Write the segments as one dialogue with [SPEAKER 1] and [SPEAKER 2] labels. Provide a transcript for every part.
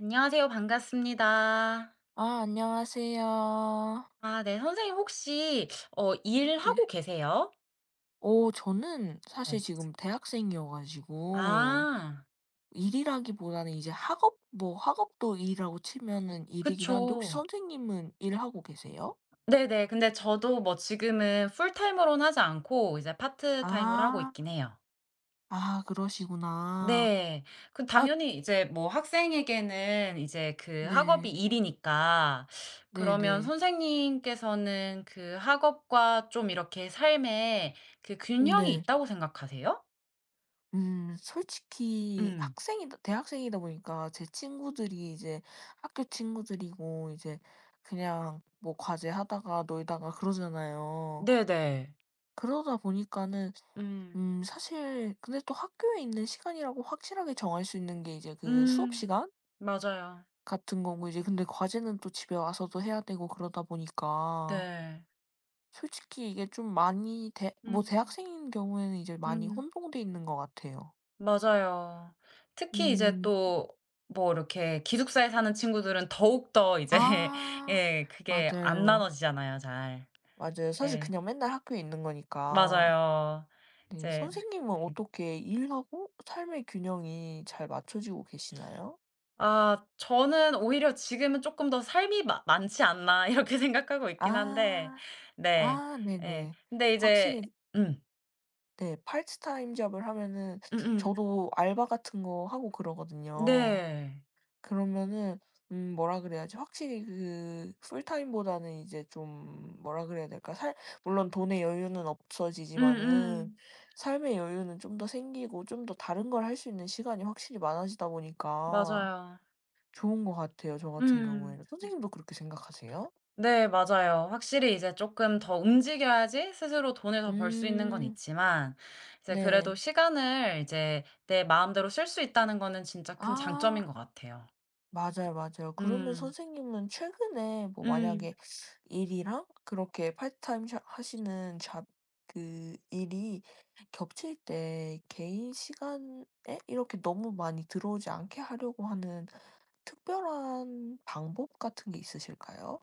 [SPEAKER 1] 안녕하세요. 반갑습니다.
[SPEAKER 2] 아 안녕하세요.
[SPEAKER 1] 아 네. 선생님 혹시
[SPEAKER 2] 네.
[SPEAKER 1] 일하고 계세요?
[SPEAKER 2] 어 저는 사실
[SPEAKER 1] 네.
[SPEAKER 2] 지금 대학생이어 가지고
[SPEAKER 1] 아
[SPEAKER 2] 일이라기보다는 이제 학업 뭐 학업도 일이라고 치면은 일이긴 한데 혹시
[SPEAKER 1] 그쵸.
[SPEAKER 2] 선생님은 일하고 계세요?
[SPEAKER 1] 네네. 근데 저도 뭐 지금은 풀타임으로는 하지 않고 이제 파트타임으로 하고
[SPEAKER 2] 아.
[SPEAKER 1] 있긴 해요.
[SPEAKER 2] 아 그러시구나.
[SPEAKER 1] 네. 그
[SPEAKER 2] 아
[SPEAKER 1] 당연히 이제 뭐 학생에게는 이제 그 학업이
[SPEAKER 2] 네.
[SPEAKER 1] 일이니까 그러면
[SPEAKER 2] 네네.
[SPEAKER 1] 선생님께서는 그 학업과 좀 이렇게 삶에 그 균형이
[SPEAKER 2] 네.
[SPEAKER 1] 있다고 생각하세요?
[SPEAKER 2] 솔직히
[SPEAKER 1] 음.
[SPEAKER 2] 학생이다 대학생이다 보니까 제 친구들이 이제 학교 친구들이고 이제 그냥 뭐 과제하다가 놀다가 그러잖아요.
[SPEAKER 1] 네네.
[SPEAKER 2] 그러다 보니까는
[SPEAKER 1] 음.
[SPEAKER 2] 사실 근데 또 학교에 있는 시간이라고 확실하게 정할 수 있는 게 이제 그 수업
[SPEAKER 1] 음.
[SPEAKER 2] 시간
[SPEAKER 1] 맞아요.
[SPEAKER 2] 같은 거고 이제 근데 과제는 또 집에 와서도 해야 되고 그러다 보니까
[SPEAKER 1] 네.
[SPEAKER 2] 솔직히 이게 좀 많이 대 뭐
[SPEAKER 1] 음.
[SPEAKER 2] 대학생인 경우에는 이제 많이
[SPEAKER 1] 음.
[SPEAKER 2] 혼동돼 있는 것 같아요.
[SPEAKER 1] 맞아요. 특히 이제
[SPEAKER 2] 음.
[SPEAKER 1] 또 뭐 이렇게 기숙사에 사는 친구들은 더욱 더 이제
[SPEAKER 2] 아.
[SPEAKER 1] 예 그게 안
[SPEAKER 2] 맞아요.
[SPEAKER 1] 나눠지잖아요 잘.
[SPEAKER 2] 맞아요. 사실
[SPEAKER 1] 네.
[SPEAKER 2] 그냥 맨날 학교에 있는 거니까.
[SPEAKER 1] 맞아요.
[SPEAKER 2] 네.
[SPEAKER 1] 이제
[SPEAKER 2] 선생님은 어떻게 일하고 삶의 균형이 잘 맞춰지고 계시나요?
[SPEAKER 1] 아 저는 오히려 지금은 조금 더 '삶이 많 많지 않나.' 이렇게 생각하고 있긴 한데
[SPEAKER 2] 아.
[SPEAKER 1] 네.
[SPEAKER 2] 아
[SPEAKER 1] 예.
[SPEAKER 2] 네네.
[SPEAKER 1] 근데 이제
[SPEAKER 2] 확실히
[SPEAKER 1] 음.
[SPEAKER 2] 네 파트타임 잡을 하면은
[SPEAKER 1] 음음.
[SPEAKER 2] 저도 알바 같은 거 하고 그러거든요.
[SPEAKER 1] 네.
[SPEAKER 2] 그러면은 뭐라 그래야지 확실히 그 풀타임보다는 이제 좀 뭐라 그래야 될까? 살 물론 돈의 여유는 없어지지만은
[SPEAKER 1] 음음.
[SPEAKER 2] 삶의 여유는 좀 더 생기고 좀 더 다른 걸 할 수 있는 시간이 확실히 많아지다 보니까
[SPEAKER 1] 맞아요.
[SPEAKER 2] 좋은 것 같아요, 저 같은
[SPEAKER 1] 음.
[SPEAKER 2] 경우에는. 선생님도 그렇게 생각하세요?
[SPEAKER 1] 네 맞아요. 확실히 이제 조금 더 움직여야지 스스로 돈을 더 벌 수 있는 건
[SPEAKER 2] 음.
[SPEAKER 1] 있지만 이제 그래도
[SPEAKER 2] 네.
[SPEAKER 1] 시간을 이제 내 마음대로 쓸 수 있다는 거는 진짜 큰 장점인
[SPEAKER 2] 아.
[SPEAKER 1] 것 같아요.
[SPEAKER 2] 맞아요, 맞아요. 그러면
[SPEAKER 1] 음.
[SPEAKER 2] 선생님은 최근에 뭐
[SPEAKER 1] 음.
[SPEAKER 2] 만약에 일이랑 그렇게 파트타임 하시는 잡 그 일이 겹칠 때 개인 시간에 이렇게 너무 많이 들어오지 않게 하려고 하는 특별한 방법 같은 게 있으실까요?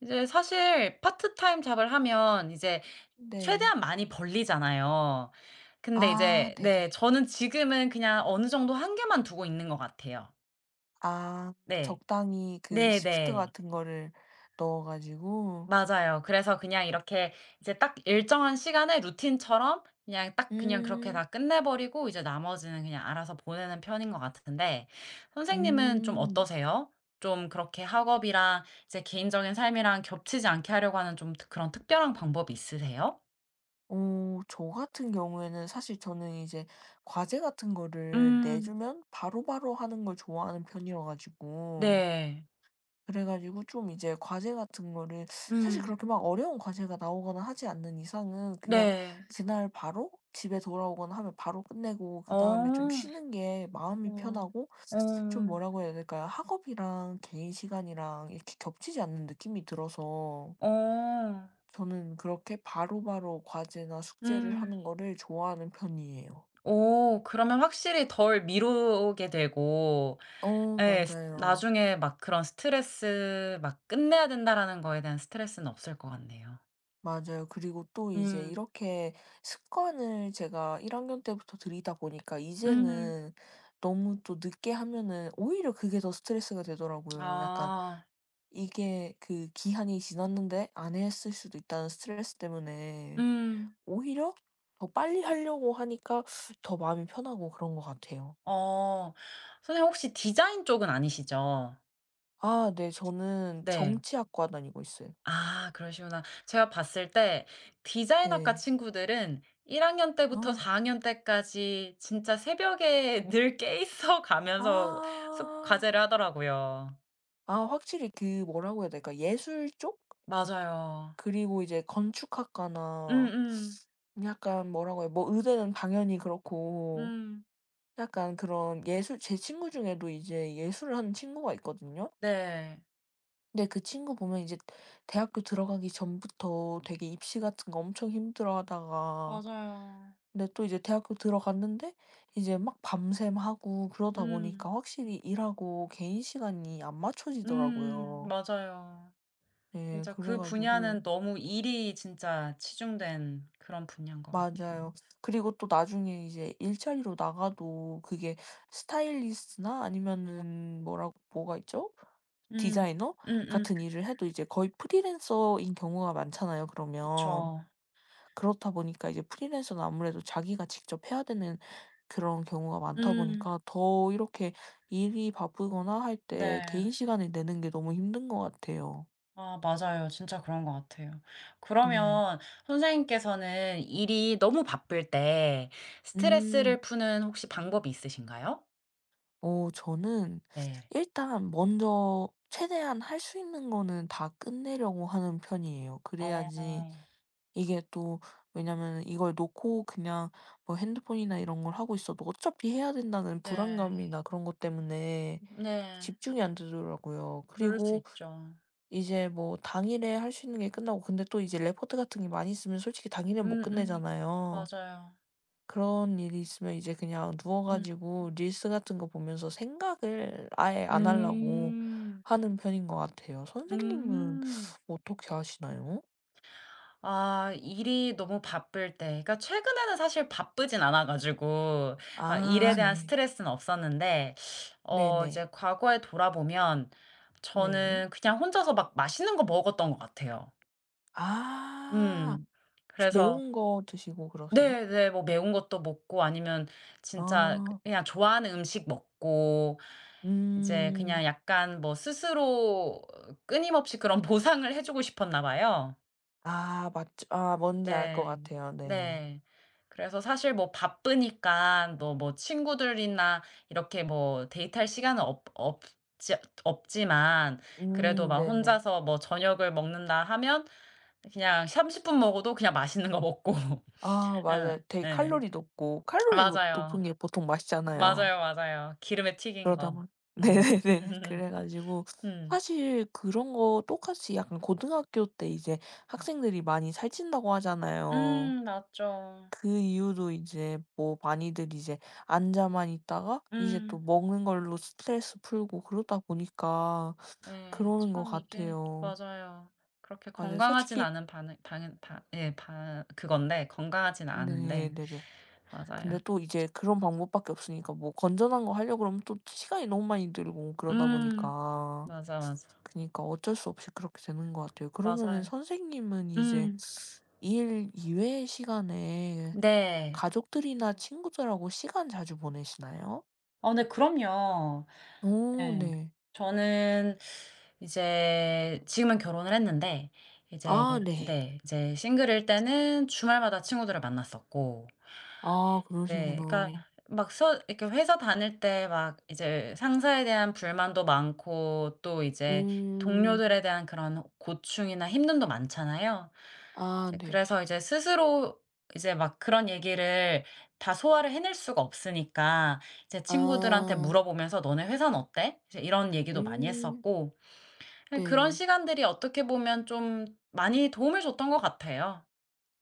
[SPEAKER 1] 이제 사실 파트타임 잡을 하면 이제
[SPEAKER 2] 네.
[SPEAKER 1] 최대한 많이 벌리잖아요. 근데
[SPEAKER 2] 아
[SPEAKER 1] 이제 네
[SPEAKER 2] 네네.
[SPEAKER 1] 저는 지금은 그냥 어느 정도 한계만 두고 있는 것 같아요.
[SPEAKER 2] 아
[SPEAKER 1] 네.
[SPEAKER 2] 적당히 그 시프트
[SPEAKER 1] 네네.
[SPEAKER 2] 같은 거를 넣어 가지고.
[SPEAKER 1] 맞아요. 그래서 그냥 이렇게 이제 딱 일정한 시간에 루틴처럼 그냥 딱 그냥 그렇게
[SPEAKER 2] 음.
[SPEAKER 1] 다 끝내 버리고 이제 나머지는 그냥 알아서 보내는 편인 것 같은데 선생님은 좀
[SPEAKER 2] 음.
[SPEAKER 1] 어떠세요? 좀 그렇게 학업이랑 이제 개인적인 삶이랑 겹치지 않게 하려고 하는 좀 그런 특별한 방법이 있으세요?
[SPEAKER 2] 어 저 같은 경우에는 사실 저는 이제 과제 같은 거를
[SPEAKER 1] 음.
[SPEAKER 2] 내주면 바로바로 하는 걸 좋아하는 편이라 가지고
[SPEAKER 1] 네.
[SPEAKER 2] 그래 가지고 좀 이제 과제 같은 거를 사실
[SPEAKER 1] 음.
[SPEAKER 2] 그렇게 막 어려운 과제가 나오거나 하지 않는 이상은 그냥
[SPEAKER 1] 네.
[SPEAKER 2] 그날 바로 집에 돌아오거나 하면 바로 끝내고 그다음에 좀
[SPEAKER 1] 어.
[SPEAKER 2] 쉬는 게 마음이
[SPEAKER 1] 어.
[SPEAKER 2] 편하고
[SPEAKER 1] 어.
[SPEAKER 2] 좀 뭐라고 해야 될까요? 학업이랑 개인 시간이랑 이렇게 겹치지 않는 느낌이 들어서
[SPEAKER 1] 어.
[SPEAKER 2] 저는 그렇게 바로바로 과제나 숙제를
[SPEAKER 1] 음.
[SPEAKER 2] 하는 거를 좋아하는 편이에요.
[SPEAKER 1] 오. 그러면 확실히 덜 미루게 되고
[SPEAKER 2] 어
[SPEAKER 1] 예. 스
[SPEAKER 2] 맞아요.
[SPEAKER 1] 나중에 막 그런 스트레스 막 '끝내야 된다.'라는 거에 대한 스트레스는 없을 것 같네요.
[SPEAKER 2] 맞아요. 그리고 또 이제
[SPEAKER 1] 음.
[SPEAKER 2] 이렇게 습관을 제가 1학년 학년 때부터 들이다 보니까
[SPEAKER 1] 음.
[SPEAKER 2] 이제는 너무 또 늦게 하면은 오히려 그게 더 스트레스가 되더라고요. 약간
[SPEAKER 1] 아.
[SPEAKER 2] 이게 그 기한이 지났는데 안 했을 수도 있다는 스트레스 때문에
[SPEAKER 1] 음.
[SPEAKER 2] 오히려 더 빨리 하려고 하니까 더 마음이 편하고 그런 것 같아요.
[SPEAKER 1] 어. 선생님 혹시 디자인 쪽은 아니시죠?
[SPEAKER 2] 아 네. 저는
[SPEAKER 1] 네.
[SPEAKER 2] 정치학과 다니고 있어요.
[SPEAKER 1] 아 그러시구나. 제가 봤을 때 디자인학과
[SPEAKER 2] 네.
[SPEAKER 1] 친구들은 1 학년 때부터
[SPEAKER 2] 아.
[SPEAKER 1] 4 학년 때까지 진짜 새벽에 늘 깨 있어 가면서 숙
[SPEAKER 2] 아.
[SPEAKER 1] 과제를 하더라고요.
[SPEAKER 2] 아 확실히 그 뭐라고 해야 될까? 예술 쪽?
[SPEAKER 1] 맞아요.
[SPEAKER 2] 그리고 이제 건축학과나
[SPEAKER 1] 음음.
[SPEAKER 2] 약간 뭐라고 해요? 뭐 의대는 당연히 그렇고
[SPEAKER 1] 음.
[SPEAKER 2] 약간 그런 예술 제 친구 중에도 이제 예술을 하는 친구가 있거든요.
[SPEAKER 1] 네.
[SPEAKER 2] 근데 그 친구 보면 이제 대학교 들어가기 전부터 되게 입시 같은 거 엄청 힘들어하다가
[SPEAKER 1] 맞아요.
[SPEAKER 2] 근데 또 이제 대학교 들어갔는데 이제 막 밤샘 하고 그러다
[SPEAKER 1] 음.
[SPEAKER 2] 보니까 확실히 일하고 개인 시간이 안
[SPEAKER 1] 음.
[SPEAKER 2] 맞춰지더라고요.
[SPEAKER 1] 맞아요.
[SPEAKER 2] 네,
[SPEAKER 1] 진짜
[SPEAKER 2] 그래
[SPEAKER 1] 그
[SPEAKER 2] 가지고
[SPEAKER 1] 분야는 너무 일이 진짜 치중된 그런 분야인 것 같아요.
[SPEAKER 2] 맞아요. 그리고 또 나중에 이제 일자리로 나가도 그게 스타일리스트나 아니면은 뭐라고 뭐가 있죠?
[SPEAKER 1] 음.
[SPEAKER 2] 디자이너
[SPEAKER 1] 음음.
[SPEAKER 2] 같은 일을 해도 이제 거의 프리랜서인 경우가 많잖아요, 그러면.
[SPEAKER 1] 그쵸.
[SPEAKER 2] 그렇다 보니까 이제 프리랜서는 아무래도 자기가 직접 해야 되는 그런 경우가 많다
[SPEAKER 1] 음.
[SPEAKER 2] 보니까 더 이렇게 일이 바쁘거나 할 때
[SPEAKER 1] 네.
[SPEAKER 2] 개인 시간을 내는 게 너무 힘든 것 같아요.
[SPEAKER 1] 아 맞아요. 진짜 그런 것 같아요.
[SPEAKER 2] 네.
[SPEAKER 1] 그러면 선생님께서는 일이 너무 바쁠 때
[SPEAKER 2] 음.
[SPEAKER 1] 스트레스를 푸는 혹시 방법이 있으신가요?
[SPEAKER 2] 어 저는
[SPEAKER 1] 네.
[SPEAKER 2] 일단 먼저 최대한 할 수 있는 거는 다 끝내려고 하는 편이에요. 그래야지
[SPEAKER 1] 어.
[SPEAKER 2] 이게 또 왜냐면은 이걸 놓고 그냥 뭐 핸드폰이나 이런 걸 하고 있어도 어차피 해야 된다는
[SPEAKER 1] 네.
[SPEAKER 2] 불안감이나 그런 것 때문에
[SPEAKER 1] 네.
[SPEAKER 2] 집중이 안 되더라고요.
[SPEAKER 1] 그럴 수
[SPEAKER 2] 그리고
[SPEAKER 1] 있죠.
[SPEAKER 2] 이제 뭐 당일에 할 수 있는 게 끝나고 근데 또 이제 레포트 같은 게 많이 있으면 솔직히 당일에 못
[SPEAKER 1] 음음.
[SPEAKER 2] 끝내잖아요.
[SPEAKER 1] 맞아요.
[SPEAKER 2] 그런 일이 있으면 이제 그냥 누워
[SPEAKER 1] 음.
[SPEAKER 2] 가지고 릴스 같은 거 보면서 생각을 아예 안 하려고
[SPEAKER 1] 음.
[SPEAKER 2] 하는 편인 것 같아요. 선생님은
[SPEAKER 1] 음.
[SPEAKER 2] 어떻게 하시나요?
[SPEAKER 1] 아 일이 너무 바쁠 때 그러니까 최근에는 사실 바쁘진 않아 가지고 막 일에
[SPEAKER 2] 아
[SPEAKER 1] 대한
[SPEAKER 2] 네.
[SPEAKER 1] 스트레스는 없었는데 이제
[SPEAKER 2] 네네.
[SPEAKER 1] 과거에 돌아보면
[SPEAKER 2] 네.
[SPEAKER 1] 저는 그냥 혼자서 막 맛있는 거 먹었던 것 같아요.
[SPEAKER 2] 아.
[SPEAKER 1] 음.
[SPEAKER 2] 혹시
[SPEAKER 1] 그래서
[SPEAKER 2] 매운 거 드시고 그러세요?
[SPEAKER 1] 네네. 뭐 매운 것도 먹고 아니면 진짜
[SPEAKER 2] 아.
[SPEAKER 1] 그냥 좋아하는 음식 먹고 이제
[SPEAKER 2] 음.
[SPEAKER 1] 그냥 약간 뭐 스스로 끊임없이 그런 보상을 해 주고 싶었나 봐요.
[SPEAKER 2] 아 맞죠. 아 뭔지 알 것
[SPEAKER 1] 네.
[SPEAKER 2] 같아요. 네네.
[SPEAKER 1] 네. 그래서 사실 뭐 바쁘니까 또 뭐 친구들이나 이렇게 뭐 데이트할 시간은 없 없지 없지만 그래도 막
[SPEAKER 2] 네네.
[SPEAKER 1] 혼자서 뭐 저녁을 먹는다 하면 그냥 30분 먹어도 그냥 맛있는 거 먹고
[SPEAKER 2] 아
[SPEAKER 1] 응,
[SPEAKER 2] 맞아요. 되게
[SPEAKER 1] 예.
[SPEAKER 2] 칼로리 높고 칼로리 높
[SPEAKER 1] 맞아요.
[SPEAKER 2] 높은 게 보통 맛있잖아요.
[SPEAKER 1] 맞아요, 맞아요. 기름에 튀긴
[SPEAKER 2] 그러다
[SPEAKER 1] 거.
[SPEAKER 2] 보니
[SPEAKER 1] 음.
[SPEAKER 2] 네네네. 그래 가지고
[SPEAKER 1] 음.
[SPEAKER 2] 사실 그런 거 똑같이 약간 고등학교 때 이제 학생들이 많이 살찐다고 하잖아요.
[SPEAKER 1] 맞죠.
[SPEAKER 2] 그 이유도 이제 뭐 많이들 이제 앉아만 있다가 이제 또
[SPEAKER 1] 음.
[SPEAKER 2] 먹는 걸로 스트레스 풀고 그러다 보니까
[SPEAKER 1] 예.
[SPEAKER 2] 그러는 것
[SPEAKER 1] 참 이게
[SPEAKER 2] 같아요.
[SPEAKER 1] 맞아요. 그렇게
[SPEAKER 2] 맞아요.
[SPEAKER 1] 건강하진
[SPEAKER 2] 솔직히
[SPEAKER 1] 않은 반응 방은 바 예 바 그건데 건강하진
[SPEAKER 2] 네
[SPEAKER 1] 않은데
[SPEAKER 2] 네네. 근데
[SPEAKER 1] 맞아요.
[SPEAKER 2] 또 이제 그런 방법밖에 없으니까 뭐 건전한 거 하려고 그러면 또 시간이 너무 많이 들고 그러다
[SPEAKER 1] 음.
[SPEAKER 2] 보니까
[SPEAKER 1] 맞아, 맞아.
[SPEAKER 2] 그니까 어쩔 수 없이 그렇게 되는 것 같아요. 그러면은
[SPEAKER 1] 맞아요.
[SPEAKER 2] 선생님은 이제
[SPEAKER 1] 음.
[SPEAKER 2] 일 이외의 시간에
[SPEAKER 1] 네.
[SPEAKER 2] 가족들이나 친구들하고 시간 자주 보내시나요?
[SPEAKER 1] 네 그럼요.
[SPEAKER 2] 오
[SPEAKER 1] 예.
[SPEAKER 2] 네.
[SPEAKER 1] 저는 이제 지금은 결혼을 했는데 이제
[SPEAKER 2] 아 네.
[SPEAKER 1] 네 이제 싱글일 때는 주말마다 친구들을 만났었고
[SPEAKER 2] 아
[SPEAKER 1] 네. 그러니까
[SPEAKER 2] 그러시구나.
[SPEAKER 1] 막 서 이렇게 회사 다닐 때 막 이제 상사에 대한 불만도 많고 또 이제
[SPEAKER 2] 음.
[SPEAKER 1] 동료들에 대한 그런 고충이나 힘듦도 많잖아요.
[SPEAKER 2] 아
[SPEAKER 1] 이제
[SPEAKER 2] 네네.
[SPEAKER 1] 그래서 이제 스스로 이제 막 그런 얘기를 다 소화를 해낼 수가 없으니까 이제 친구들한테
[SPEAKER 2] 아.
[SPEAKER 1] 물어보면서 "너네 회사는 어때?" 이제 이런 얘기도 많이
[SPEAKER 2] 음.
[SPEAKER 1] 했었고 예 그런
[SPEAKER 2] 네.
[SPEAKER 1] 시간들이 어떻게 보면 좀 많이 도움을 줬던 것 같아요.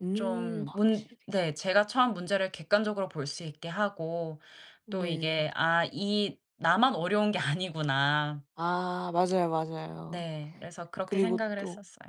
[SPEAKER 2] 음.
[SPEAKER 1] 좀 문
[SPEAKER 2] 확실히.
[SPEAKER 1] 네. 제가 처한 문제를 객관적으로 볼 수 있게 하고 또
[SPEAKER 2] 네.
[SPEAKER 1] 이게 '아 이 나만 어려운 게 아니구나.'
[SPEAKER 2] 아 맞아요, 맞아요.
[SPEAKER 1] 네. 그래서 그렇게
[SPEAKER 2] 그리고
[SPEAKER 1] 생각을
[SPEAKER 2] 또
[SPEAKER 1] 했었어요.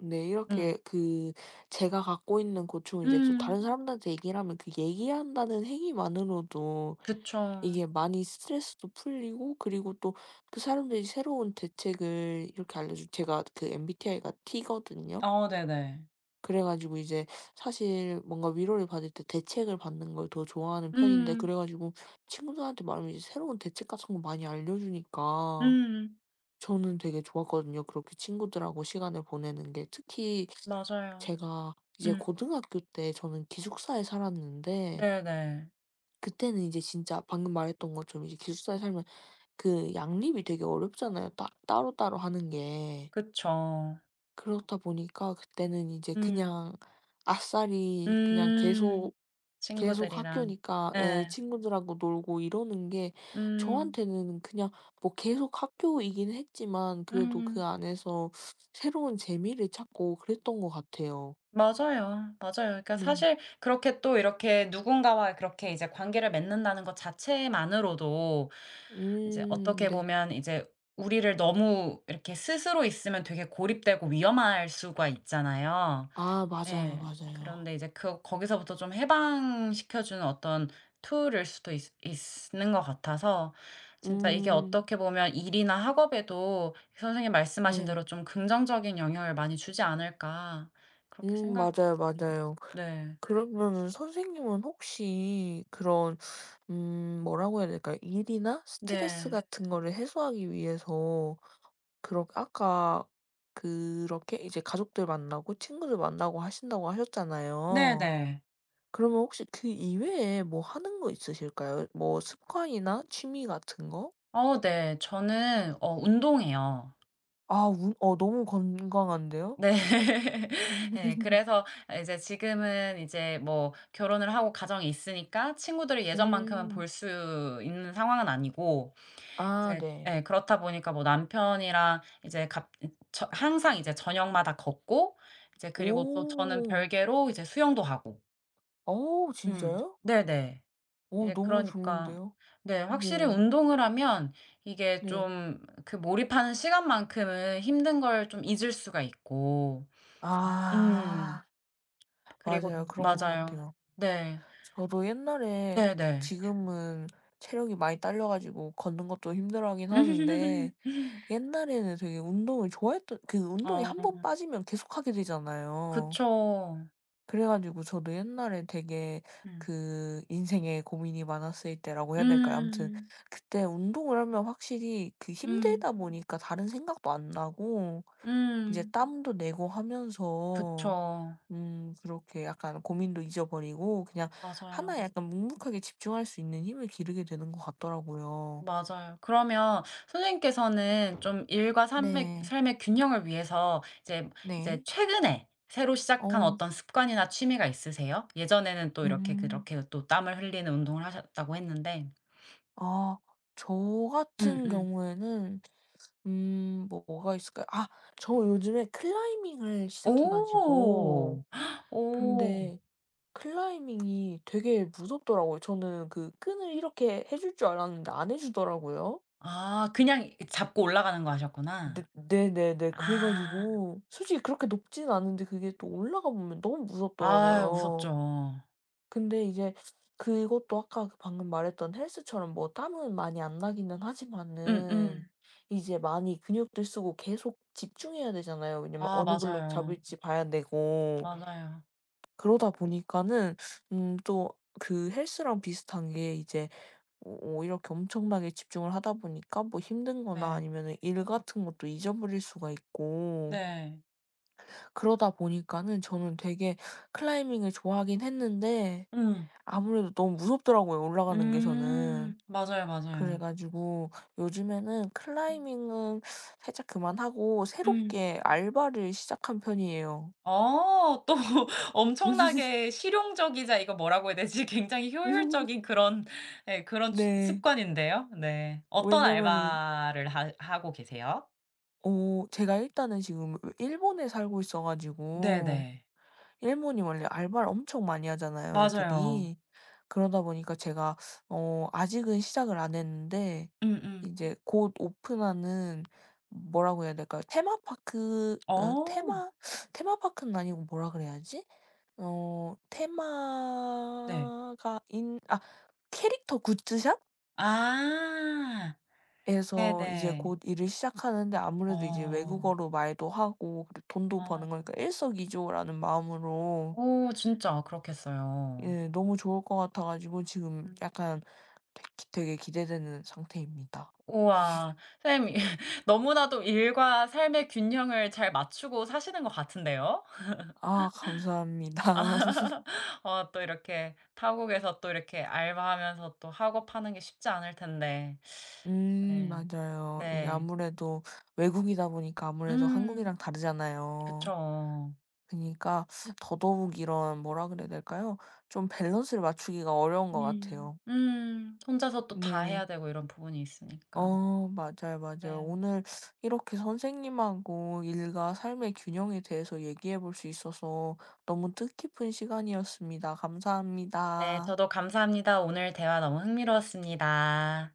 [SPEAKER 2] 네
[SPEAKER 1] 음.
[SPEAKER 2] 이렇게 그 제가 갖고 있는 고충을 이제 또
[SPEAKER 1] 음.
[SPEAKER 2] 다른 사람들한테 얘기를 하면 그 얘기한다는 행위만으로도
[SPEAKER 1] 그쵸.
[SPEAKER 2] 이게 많이 스트레스도 풀리고 그리고 또 그 사람들이 새로운 대책을 이렇게 알려주 제가 그 MBTI가 T거든요.
[SPEAKER 1] 네네.
[SPEAKER 2] 그래 가지고 이제 사실 뭔가 위로를 받을 때 대책을 받는 걸 더 좋아하는 편인데
[SPEAKER 1] 음.
[SPEAKER 2] 그래 가지고 친구들한테 말하면 이제 새로운 대책 같은 거 많이 알려주니까
[SPEAKER 1] 음.
[SPEAKER 2] 저는 되게 좋았거든요. 그렇게 친구들하고 시간을 보내는 게 특히
[SPEAKER 1] 맞아요.
[SPEAKER 2] 제가 이제
[SPEAKER 1] 음.
[SPEAKER 2] 고등학교 때 저는 기숙사에 살았는데
[SPEAKER 1] 네네.
[SPEAKER 2] 그때는 이제 진짜 방금 말했던 것처럼 이제 기숙사에 살면 그 양립이 되게 어렵잖아요. 따로따로 하는 게.
[SPEAKER 1] 그쵸.
[SPEAKER 2] 그렇다 보니까 그때는 이제
[SPEAKER 1] 음.
[SPEAKER 2] 그냥 아싸리 그냥
[SPEAKER 1] 음.
[SPEAKER 2] 계속 계속
[SPEAKER 1] 친구들이랑.
[SPEAKER 2] 학교니까 예,
[SPEAKER 1] 예.
[SPEAKER 2] 친구들하고 놀고 이러는 게
[SPEAKER 1] 음.
[SPEAKER 2] 저한테는 그냥 뭐 계속 학교이긴 했지만 그래도 그
[SPEAKER 1] 음.
[SPEAKER 2] 안에서 새로운 재미를 찾고 그랬던 것 같아요.
[SPEAKER 1] 맞아요. 맞아요. 그러니까
[SPEAKER 2] 네.
[SPEAKER 1] 사실 그렇게 또 이렇게 누군가와 그렇게 이제 관계를 맺는다는 것 자체만으로도 이제 어떻게
[SPEAKER 2] 네.
[SPEAKER 1] 보면 이제 우리를 너무 이렇게 스스로 있으면 되게 고립되고 위험할 수가 있잖아요.
[SPEAKER 2] 아 맞아요,
[SPEAKER 1] 예.
[SPEAKER 2] 맞아요.
[SPEAKER 1] 그런데 이제 그 거기서부터 좀 해방시켜 주는 어떤 툴일 수도 있 있는 것 같아서 진짜 이게
[SPEAKER 2] 음
[SPEAKER 1] 어떻게 보면 일이나 학업에도 선생님 말씀하신
[SPEAKER 2] 네.
[SPEAKER 1] 대로 좀 긍정적인 영향을 많이 주지 않을까 그렇게 생각
[SPEAKER 2] 맞아요, 맞아요.
[SPEAKER 1] 네.
[SPEAKER 2] 그러면은 선생님은 혹시 그런 뭐라고 해야 될까요? 일이나 스트레스
[SPEAKER 1] 네.
[SPEAKER 2] 같은 거를 해소하기 위해서 그렇 아까 그렇게 이제 가족들 만나고 친구들 만나고 하신다고 하셨잖아요.
[SPEAKER 1] 네네.
[SPEAKER 2] 그러면 혹시 그 이외에 뭐 하는 거 있으실까요? 뭐 습관이나 취미 같은 거?
[SPEAKER 1] 네. 저는 운동해요.
[SPEAKER 2] 아 운 어 너무 건강한데요?
[SPEAKER 1] 네. 예. 그래서 이제 지금은 이제 뭐 결혼을 하고 가정이 있으니까 친구들을 예전만큼은
[SPEAKER 2] 음.
[SPEAKER 1] 볼 수 있는 상황은 아니고
[SPEAKER 2] 아
[SPEAKER 1] 이제
[SPEAKER 2] 네.
[SPEAKER 1] 예 그렇다 보니까 뭐 남편이랑 이제 갑 저 항상 이제 저녁마다 걷고 이제 그리고 또 저는
[SPEAKER 2] 오.
[SPEAKER 1] 별개로 이제 수영도 하고.
[SPEAKER 2] 오
[SPEAKER 1] 음.
[SPEAKER 2] 진짜요?
[SPEAKER 1] 네네.
[SPEAKER 2] 오
[SPEAKER 1] 이제
[SPEAKER 2] 너무
[SPEAKER 1] 그러니까
[SPEAKER 2] 좋은데요.
[SPEAKER 1] 네 확실히
[SPEAKER 2] 네.
[SPEAKER 1] 운동을 하면 이게
[SPEAKER 2] 네.
[SPEAKER 1] 좀 그 몰입하는 시간만큼은 힘든 걸 좀 잊을 수가 있고. 음.
[SPEAKER 2] 아.
[SPEAKER 1] 그리고
[SPEAKER 2] 맞아요. 그런 것
[SPEAKER 1] 맞아요.
[SPEAKER 2] 같아요.
[SPEAKER 1] 네.
[SPEAKER 2] 저도 옛날에
[SPEAKER 1] 네네.
[SPEAKER 2] 지금은 체력이 많이 딸려 가지고 걷는 것도 힘들어하긴 하는데 옛날에는 되게 운동을 좋아했던 그 운동에
[SPEAKER 1] 어
[SPEAKER 2] 한 번 빠지면 계속하게 되잖아요.
[SPEAKER 1] 그쵸.
[SPEAKER 2] 그래 가지고 저도 옛날에 되게
[SPEAKER 1] 음.
[SPEAKER 2] 그 인생에 고민이 많았을 때라고 해야 될까요? 아무튼
[SPEAKER 1] 음.
[SPEAKER 2] 그때 운동을 하면 확실히 그
[SPEAKER 1] 음.
[SPEAKER 2] 힘들다 보니까 다른 생각도 안 나고 이제
[SPEAKER 1] 음.
[SPEAKER 2] 땀도 내고 하면서
[SPEAKER 1] 그쵸.
[SPEAKER 2] 그렇게 약간 고민도 잊어버리고 그냥
[SPEAKER 1] 맞아요.
[SPEAKER 2] 하나에 약간 묵묵하게 집중할 수 있는 힘을 기르게 되는 것 같더라고요.
[SPEAKER 1] 맞아요. 그러면 선생님께서는 좀 일과 삶의
[SPEAKER 2] 네.
[SPEAKER 1] 삶의 균형을 위해서 이제 이제
[SPEAKER 2] 네.
[SPEAKER 1] 최근에 새로 시작한
[SPEAKER 2] 어.
[SPEAKER 1] 어떤 습관이나 취미가 있으세요? 예전에는 또 이렇게
[SPEAKER 2] 음.
[SPEAKER 1] 그렇게 또 땀을 흘리는 운동을 하셨다고 했는데.
[SPEAKER 2] 아. 저 같은
[SPEAKER 1] 음음.
[SPEAKER 2] 경우에는 뭐 뭐가 있을까요? 아 저 요즘에 클라이밍을 시작해 가지고
[SPEAKER 1] 오. 오.
[SPEAKER 2] 근데 클라이밍이 되게 무섭더라고요. 저는 그 끈을 이렇게 해줄 줄 알았는데 안 해 주더라고요.
[SPEAKER 1] 아 그냥 잡고 올라가는 거
[SPEAKER 2] 네
[SPEAKER 1] 하셨구나.
[SPEAKER 2] 네네네. 그래
[SPEAKER 1] 아.
[SPEAKER 2] 가지고 솔직히 그렇게 높진 않은데 그게 또 올라가 보면 너무
[SPEAKER 1] 아유
[SPEAKER 2] 무섭더라고요.
[SPEAKER 1] 무섭죠.
[SPEAKER 2] 근데 이제 그것도 아까 그 방금 말했던 헬스처럼 뭐 땀은 많이 안 나기는 하지만은
[SPEAKER 1] 음음.
[SPEAKER 2] 이제 많이 근육들 쓰고 계속 집중해야 되잖아요. 왜냐면
[SPEAKER 1] 아
[SPEAKER 2] 어느 블록
[SPEAKER 1] 맞아요.
[SPEAKER 2] 잡을지 봐야 되고
[SPEAKER 1] 맞아요.
[SPEAKER 2] 그러다 보니까는 또 그 헬스랑 비슷한 게 이제 오 오 이렇게 엄청나게 집중을 하다 보니까 뭐 힘든 거나
[SPEAKER 1] 네.
[SPEAKER 2] 아니면은 일 같은 것도 잊어버릴 수가 있고
[SPEAKER 1] 네.
[SPEAKER 2] 그러다 보니까는 저는 되게 클라이밍을 좋아하긴 했는데
[SPEAKER 1] 음.
[SPEAKER 2] 아무래도 너무 무섭더라고요 올라가는 게 저는.
[SPEAKER 1] 음. 맞아요,
[SPEAKER 2] 그래
[SPEAKER 1] 맞아요.
[SPEAKER 2] 가지고 요즘에는 클라이밍은 살짝 그만하고
[SPEAKER 1] 음.
[SPEAKER 2] 새롭게 알바를 시작한 편이에요.
[SPEAKER 1] 또 엄청나게 실용적이자 이거 뭐라고 해야 되지? 굉장히 효율적인 그런 예 그런 주
[SPEAKER 2] 네.
[SPEAKER 1] 습관인데요. 네. 어떤
[SPEAKER 2] 왜냐면은 이
[SPEAKER 1] 알바를 하 하고 계세요?
[SPEAKER 2] 어 제가 일단은 지금 일본에 살고 있어 가지고
[SPEAKER 1] 네네.
[SPEAKER 2] 일본이 원래 알바를 엄청 많이 하잖아요
[SPEAKER 1] 맞아요.
[SPEAKER 2] 애들이. 그러다 보니까 제가 어 아직은 시작을 안 했는데
[SPEAKER 1] 음음.
[SPEAKER 2] 이제 곧 오픈하는 뭐라고 해야 될까요? 테마파크
[SPEAKER 1] 어.
[SPEAKER 2] 테마 테마파크는 아니고 뭐라 그래야지? 어
[SPEAKER 1] 네.
[SPEAKER 2] 테마가 인 아 캐릭터 굿즈샵?
[SPEAKER 1] 아.
[SPEAKER 2] 에서 이제
[SPEAKER 1] 네네.
[SPEAKER 2] 곧 일을 시작하는데 아무래도 이제
[SPEAKER 1] 어.
[SPEAKER 2] 외국어로 말도 하고 그리고 돈도 버는
[SPEAKER 1] 아.
[SPEAKER 2] 거니까 일석이조라는 마음으로
[SPEAKER 1] 오 진짜 그렇겠어요.
[SPEAKER 2] 예. 너무 좋을 것 같아 가지고 지금
[SPEAKER 1] 음.
[SPEAKER 2] 약간 되게 되게 기대되는 상태입니다.
[SPEAKER 1] 우와. 선생님 너무나도 일과 삶의 균형을 잘 맞추고 사시는 것 같은데요.
[SPEAKER 2] 아 감사합니다.
[SPEAKER 1] 아. 또 이렇게 타국에서 또 이렇게 알바하면서 또 하고 파는 게 쉽지 않을 텐데. 네.
[SPEAKER 2] 맞아요. 이게
[SPEAKER 1] 네.
[SPEAKER 2] 아무래도 외국이다 보니까 아무래도 한국이랑
[SPEAKER 1] 음.
[SPEAKER 2] 다르잖아요.
[SPEAKER 1] 그쵸.
[SPEAKER 2] 그니까 러 더더욱 이런 뭐라 그래야 될까요? 좀 밸런스를 맞추기가 어려운 것
[SPEAKER 1] 음.
[SPEAKER 2] 같아요.
[SPEAKER 1] 음. 혼자서 또 다
[SPEAKER 2] 네.
[SPEAKER 1] 해야 되고 이런 부분이 있으니까.
[SPEAKER 2] 어 맞아요, 맞아요.
[SPEAKER 1] 네.
[SPEAKER 2] 오늘 이렇게 선생님하고 일과 삶의 균형에 대해서 얘기해 볼 수 있어서 너무 뜻깊은 시간이었습니다.
[SPEAKER 1] 네,
[SPEAKER 2] 감사합니다.
[SPEAKER 1] 저도 감사합니다. 오늘 대화 너무 흥미로웠습니다.